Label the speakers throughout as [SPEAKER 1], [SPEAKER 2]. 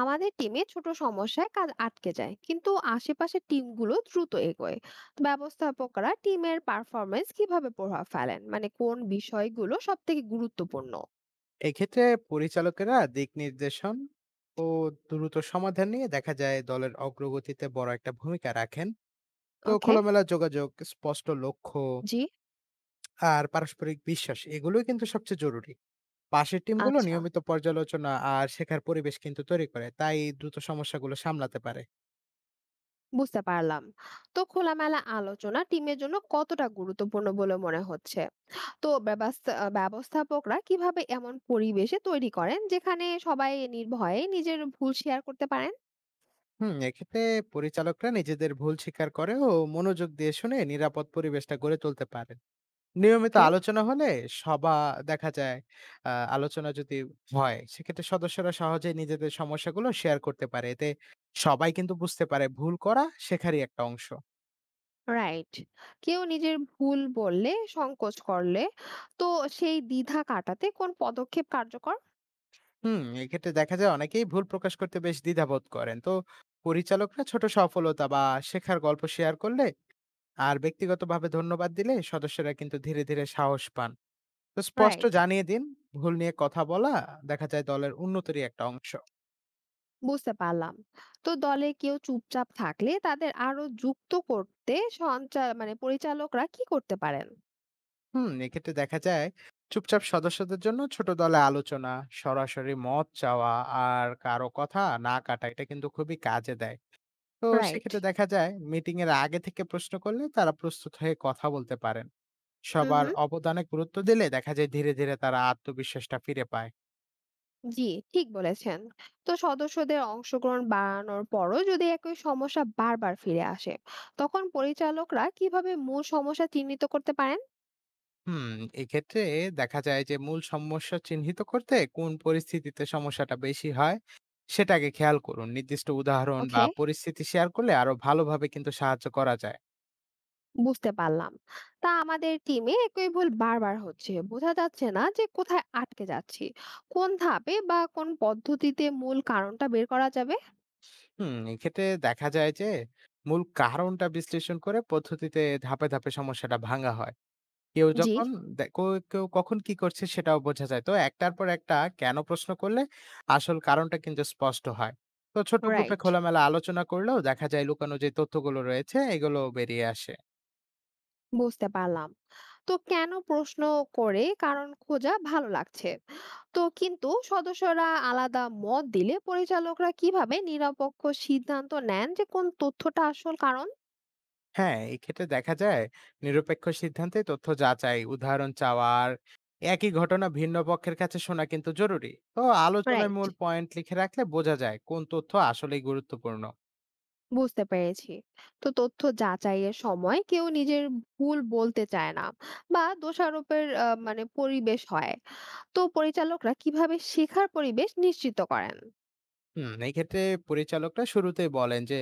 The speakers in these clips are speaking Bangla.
[SPEAKER 1] আমাদের টিমে ছোট সমস্যায় কাজ আটকে যায়, কিন্তু আশেপাশের টিমগুলো দ্রুত এগোয়। তো ব্যবস্থাপকরা টিমের পারফরমেন্স কিভাবে প্রভাব ফেলেন, মানে কোন বিষয়গুলো সব থেকে গুরুত্বপূর্ণ?
[SPEAKER 2] এক্ষেত্রে পরিচালকেরা দিক নির্দেশন ও দ্রুত সমাধান নিয়ে দেখা যায় দলের অগ্রগতিতে বড় একটা ভূমিকা রাখেন। তো
[SPEAKER 1] ওকে।
[SPEAKER 2] খোলামেলা যোগাযোগ, স্পষ্ট লক্ষ্য
[SPEAKER 1] জি।
[SPEAKER 2] আর পারস্পরিক বিশ্বাস এগুলোই কিন্তু সবচেয়ে জরুরি। পাশের টিমগুলো
[SPEAKER 1] আচ্ছা,
[SPEAKER 2] নিয়মিত পর্যালোচনা আর শেখার পরিবেশ কিন্তু তৈরি করে, তাই দ্রুত সমস্যাগুলো সামলাতে পারে।
[SPEAKER 1] বুঝতে পারলাম। তো খোলামেলা আলোচনা টিমের জন্য কতটা গুরুত্বপূর্ণ বলে মনে হচ্ছে। তো ব্যবস্থাপকরা কিভাবে এমন পরিবেশে তৈরি করেন যেখানে সবাই নির্ভয়ে নিজের ভুল শেয়ার করতে পারেন?
[SPEAKER 2] হুম, এক্ষেত্রে পরিচালকরা নিজেদের ভুল স্বীকার করে ও মনোযোগ দিয়ে শুনে নিরাপদ পরিবেশটা গড়ে তুলতে পারে। নিয়মিত
[SPEAKER 1] ওকে।
[SPEAKER 2] আলোচনা হলে, সভা, দেখা যায় আ আলোচনা যদি হয়, সেক্ষেত্রে সদস্যরা সহজেই নিজেদের সমস্যাগুলো শেয়ার করতে পারে। এতে সবাই কিন্তু বুঝতে পারে ভুল করা শেখারই একটা অংশ।
[SPEAKER 1] রাইট। কেউ নিজের ভুল বললে, সংকোচ করলে, তো সেই দ্বিধা কাটাতে কোন পদক্ষেপ কার্যকর?
[SPEAKER 2] হুম, এক্ষেত্রে দেখা যায় অনেকেই ভুল প্রকাশ করতে বেশ দ্বিধাবোধ করেন। তো পরিচালকরা ছোট সফলতা বা শেখার গল্প শেয়ার করলে আর ব্যক্তিগতভাবে ধন্যবাদ দিলে সদস্যরা কিন্তু ধীরে ধীরে সাহস পান। তো স্পষ্ট
[SPEAKER 1] রাইট।
[SPEAKER 2] জানিয়ে দিন, ভুল নিয়ে কথা বলা দেখা যায় দলের উন্নতিরই একটা অংশ।
[SPEAKER 1] বুঝতে পারলাম। তো দলে কেউ চুপচাপ থাকলে তাদের আরো যুক্ত করতে মানে পরিচালকরা কি করতে পারেন?
[SPEAKER 2] হুম, এক্ষেত্রে দেখা যায় চুপচাপ সদস্যদের জন্য ছোট দলে আলোচনা, সরাসরি মত চাওয়া আর কারো কথা না কাটা এটা কিন্তু খুবই কাজে দেয়। তো
[SPEAKER 1] রাইট।
[SPEAKER 2] সেক্ষেত্রে দেখা যায় মিটিং এর আগে থেকে প্রশ্ন করলে তারা প্রস্তুত হয়ে কথা বলতে পারেন।
[SPEAKER 1] হুম,
[SPEAKER 2] সবার
[SPEAKER 1] হুম।
[SPEAKER 2] অবদানে গুরুত্ব দিলে দেখা যায় ধীরে ধীরে তারা আত্মবিশ্বাসটা ফিরে পায়।
[SPEAKER 1] জি, ঠিক বলেছেন। তো সদস্যদের অংশগ্রহণ বাড়ানোর পরও যদি একই সমস্যা বারবার ফিরে আসে, তখন পরিচালকরা কিভাবে মূল সমস্যা চিহ্নিত করতে পারেন?
[SPEAKER 2] হুম, এক্ষেত্রে দেখা যায় যে মূল সমস্যা চিহ্নিত করতে কোন পরিস্থিতিতে সমস্যাটা বেশি হয় সেটাকে খেয়াল করুন। নির্দিষ্ট উদাহরণ বা
[SPEAKER 1] ওকে।
[SPEAKER 2] পরিস্থিতি শেয়ার করলে আরো ভালোভাবে কিন্তু সাহায্য করা যায়।
[SPEAKER 1] বুঝতে পারলাম। তা আমাদের টিমে একই ভুল বারবার হচ্ছে, বোঝা যাচ্ছে না যে কোথায় আটকে যাচ্ছি। কোন ধাপে বা কোন পদ্ধতিতে মূল কারণটা বের করা যাবে?
[SPEAKER 2] হুম, এক্ষেত্রে দেখা যায় যে মূল কারণটা বিশ্লেষণ করে পদ্ধতিতে ধাপে ধাপে সমস্যাটা ভাঙা হয়। কেউ
[SPEAKER 1] জি।
[SPEAKER 2] যখন দে কো- কেউ কখন কি করছে সেটাও বোঝা যায়। তো একটার পর একটা কেন প্রশ্ন করলে আসল কারণটা কিন্তু স্পষ্ট হয়। তো ছোট গ্রুপে
[SPEAKER 1] রাইট।
[SPEAKER 2] খোলামেলা আলোচনা করলেও দেখা যায় লুকানো যে তথ্যগুলো রয়েছে এগুলো বেরিয়ে আসে।
[SPEAKER 1] বুঝতে পারলাম। তো কেন প্রশ্ন করে কারণ খোঁজা ভালো লাগছে। তো কিন্তু সদস্যরা আলাদা মত দিলে পরিচালকরা কিভাবে নিরপেক্ষ সিদ্ধান্ত নেন যে কোন তথ্যটা আসল কারণ?
[SPEAKER 2] হ্যাঁ, এই ক্ষেত্রে দেখা যায় নিরপেক্ষ সিদ্ধান্তে তথ্য যাচাই, উদাহরণ চাওয়া আর একই ঘটনা ভিন্ন পক্ষের কাছে শোনা কিন্তু জরুরি। তো আলোচনায়
[SPEAKER 1] রাইট।
[SPEAKER 2] মূল পয়েন্ট লিখে রাখলে বোঝা যায় কোন তথ্য আসলেই গুরুত্বপূর্ণ।
[SPEAKER 1] বুঝতে পেরেছি। তো তথ্য যাচাইয়ের সময় কেউ নিজের ভুল বলতে চায় না, বা দোষারোপের মানে পরিবেশ হয়, তো পরিচালকরা কিভাবে শেখার পরিবেশ নিশ্চিত করেন?
[SPEAKER 2] হুম, এই ক্ষেত্রে পরিচালকরা শুরুতেই বলেন যে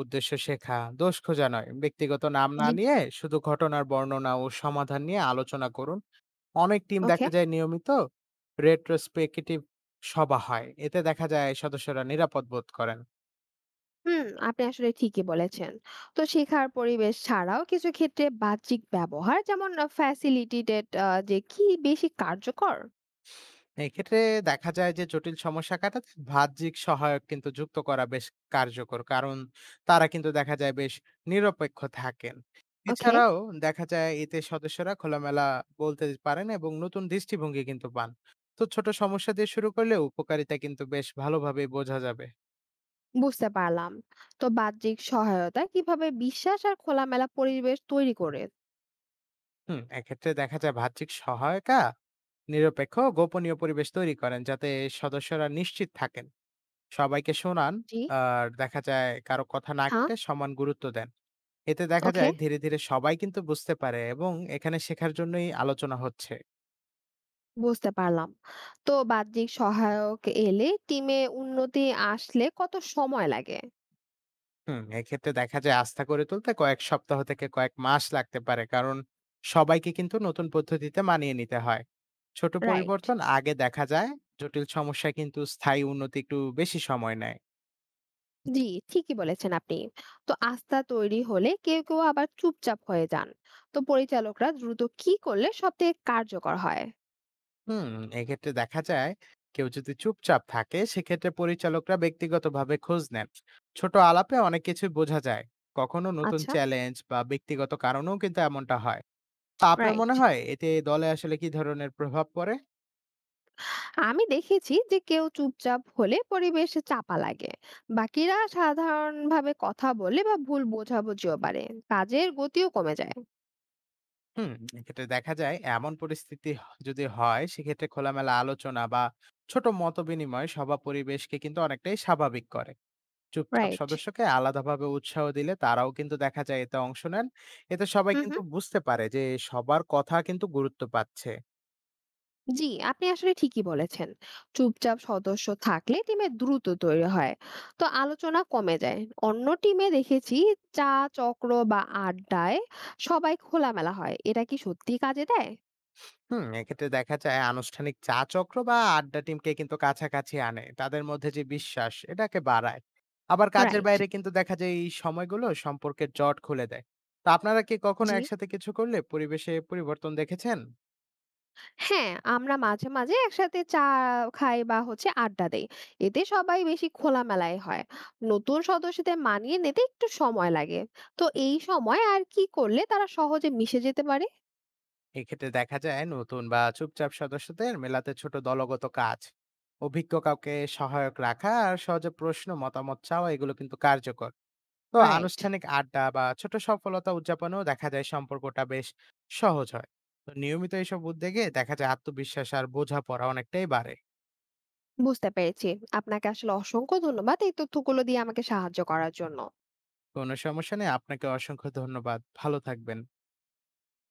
[SPEAKER 2] উদ্দেশ্য শেখা, দোষ খোঁজা নয়। ব্যক্তিগত নাম না
[SPEAKER 1] জি।
[SPEAKER 2] নিয়ে শুধু ঘটনার বর্ণনা ও সমাধান নিয়ে আলোচনা করুন। অনেক টিম
[SPEAKER 1] ওকে।
[SPEAKER 2] দেখা যায় নিয়মিত রেট্রোস্পেকটিভ সভা হয়। এতে দেখা যায় সদস্যরা নিরাপদ বোধ করেন।
[SPEAKER 1] হুম। আপনি আসলে ঠিকই বলেছেন। তো শেখার পরিবেশ ছাড়াও কিছু ক্ষেত্রে বাহ্যিক ব্যবহার, যেমন ফ্যাসিলিটেটেড, যে কি বেশি কার্যকর?
[SPEAKER 2] এক্ষেত্রে দেখা যায় যে জটিল সমস্যা কাটাতে বাহ্যিক সহায়ক কিন্তু যুক্ত করা বেশ কার্যকর, কারণ তারা কিন্তু দেখা যায় বেশ নিরপেক্ষ থাকেন।
[SPEAKER 1] ওকে।
[SPEAKER 2] এছাড়াও দেখা যায় এতে সদস্যরা খোলামেলা বলতে পারেন এবং নতুন দৃষ্টিভঙ্গি কিন্তু পান। তো ছোট সমস্যা দিয়ে শুরু করলে উপকারিতা কিন্তু বেশ ভালোভাবে বোঝা যাবে।
[SPEAKER 1] বুঝতে পারলাম। তো বাহ্যিক সহায়তা কিভাবে বিশ্বাস আর খোলামেলা পরিবেশ তৈরি করে?
[SPEAKER 2] হুম, এক্ষেত্রে দেখা যায় বাহ্যিক সহায়িকা নিরপেক্ষ ও গোপনীয় পরিবেশ তৈরি করেন, যাতে সদস্যরা নিশ্চিত থাকেন সবাইকে শোনান
[SPEAKER 1] জি।
[SPEAKER 2] আর দেখা যায় কারো কথা না
[SPEAKER 1] হ্যাঁ।
[SPEAKER 2] কেটে সমান গুরুত্ব দেন। এতে দেখা
[SPEAKER 1] ওকে।
[SPEAKER 2] যায় ধীরে ধীরে সবাই কিন্তু বুঝতে পারে এবং এখানে শেখার জন্যই আলোচনা হচ্ছে।
[SPEAKER 1] বুঝতে পারলাম। তো বাহ্যিক সহায়ক এলে টিমে উন্নতি আসলে কত সময় লাগে?
[SPEAKER 2] হুম, এক্ষেত্রে দেখা যায় আস্থা গড়ে তুলতে কয়েক সপ্তাহ থেকে কয়েক মাস লাগতে পারে। কারণ সবাইকে কিন্তু নতুন পদ্ধতিতে মানিয়ে নিতে হয়। ছোট
[SPEAKER 1] রাইট।
[SPEAKER 2] পরিবর্তন আগে দেখা যায়, জটিল সমস্যায় কিন্তু স্থায়ী উন্নতি একটু বেশি সময় নেয়।
[SPEAKER 1] জি, ঠিকই বলেছেন আপনি। তো আস্থা তৈরি হলে কেউ কেউ আবার চুপচাপ হয়ে যান। তো পরিচালকরা দ্রুত কি করলে সবথেকে কার্যকর হয়?
[SPEAKER 2] হুম, এক্ষেত্রে দেখা যায় কেউ যদি চুপচাপ থাকে সেক্ষেত্রে পরিচালকরা ব্যক্তিগতভাবে খোঁজ নেন। ছোট আলাপে অনেক কিছুই বোঝা যায়। কখনো নতুন
[SPEAKER 1] আচ্ছা।
[SPEAKER 2] চ্যালেঞ্জ বা ব্যক্তিগত কারণেও কিন্তু এমনটা হয়। তো আপনার
[SPEAKER 1] রাইট।
[SPEAKER 2] মনে হয় এতে দলে আসলে কি ধরনের প্রভাব পড়ে?
[SPEAKER 1] আমি দেখেছি যে কেউ চুপচাপ হলে পরিবেশে চাপা লাগে। বাকিরা সাধারণভাবে কথা বলে বা ভুল বোঝাবুঝিও বাড়ে। কাজের গতিও কমে যায়।
[SPEAKER 2] হুম, এক্ষেত্রে দেখা যায় এমন পরিস্থিতি যদি হয় সেক্ষেত্রে খোলামেলা আলোচনা বা ছোট মতবিনিময় সভা পরিবেশকে কিন্তু অনেকটাই স্বাভাবিক করে। চুপচাপ
[SPEAKER 1] রাইট।
[SPEAKER 2] সদস্যকে আলাদাভাবে উৎসাহ দিলে তারাও কিন্তু দেখা যায় এতে অংশ নেন। এতে সবাই
[SPEAKER 1] হুম,
[SPEAKER 2] কিন্তু
[SPEAKER 1] হুম।
[SPEAKER 2] বুঝতে পারে যে সবার কথা কিন্তু গুরুত্ব পাচ্ছে।
[SPEAKER 1] জি, আপনি আসলে ঠিকই বলেছেন। চুপচাপ সদস্য থাকলে টিমে দ্রুত তৈরি হয়, তো আলোচনা কমে যায়। অন্য টিমে দেখেছি চা চক্র বা আড্ডায় সবাই খোলামেলা হয়। এটা কি সত্যি কাজে দেয়?
[SPEAKER 2] হুম, এক্ষেত্রে দেখা যায় আনুষ্ঠানিক চা চক্র বা আড্ডা টিমকে কিন্তু কাছাকাছি আনে। তাদের মধ্যে যে বিশ্বাস এটাকে বাড়ায়। আবার কাজের
[SPEAKER 1] রাইট।
[SPEAKER 2] বাইরে কিন্তু দেখা যায় এই সময়গুলো সম্পর্কের জট খুলে দেয়। তো আপনারা কি কখনো
[SPEAKER 1] জি।
[SPEAKER 2] একসাথে কিছু করলে পরিবেশে পরিবর্তন দেখেছেন?
[SPEAKER 1] হ্যাঁ, আমরা মাঝে মাঝে একসাথে চা খাই বা হচ্ছে আড্ডা দেই, এতে সবাই বেশি খোলামেলাই হয়। নতুন সদস্যদের মানিয়ে নিতে একটু সময় লাগে, তো এই সময় আর কি করলে তারা সহজে মিশে যেতে পারে?
[SPEAKER 2] এক্ষেত্রে দেখা যায় নতুন বা চুপচাপ সদস্যদের মেলাতে ছোট দলগত কাজ, অভিজ্ঞ কাউকে সহায়ক রাখা আর সহজে প্রশ্ন মতামত চাওয়া এগুলো কিন্তু কার্যকর। তো
[SPEAKER 1] রাইট।
[SPEAKER 2] আনুষ্ঠানিক আড্ডা বা ছোট সফলতা উদযাপনেও দেখা যায় সম্পর্কটা বেশ সহজ হয়। তো নিয়মিত এইসব উদ্যোগে দেখা যায় আত্মবিশ্বাস আর বোঝাপড়া অনেকটাই বাড়ে।
[SPEAKER 1] বুঝতে পেরেছি। আপনাকে আসলে অসংখ্য ধন্যবাদ এই তথ্যগুলো দিয়ে আমাকে সাহায্য করার জন্য।
[SPEAKER 2] কোনো সমস্যা নেই, আপনাকে অসংখ্য ধন্যবাদ। ভালো থাকবেন।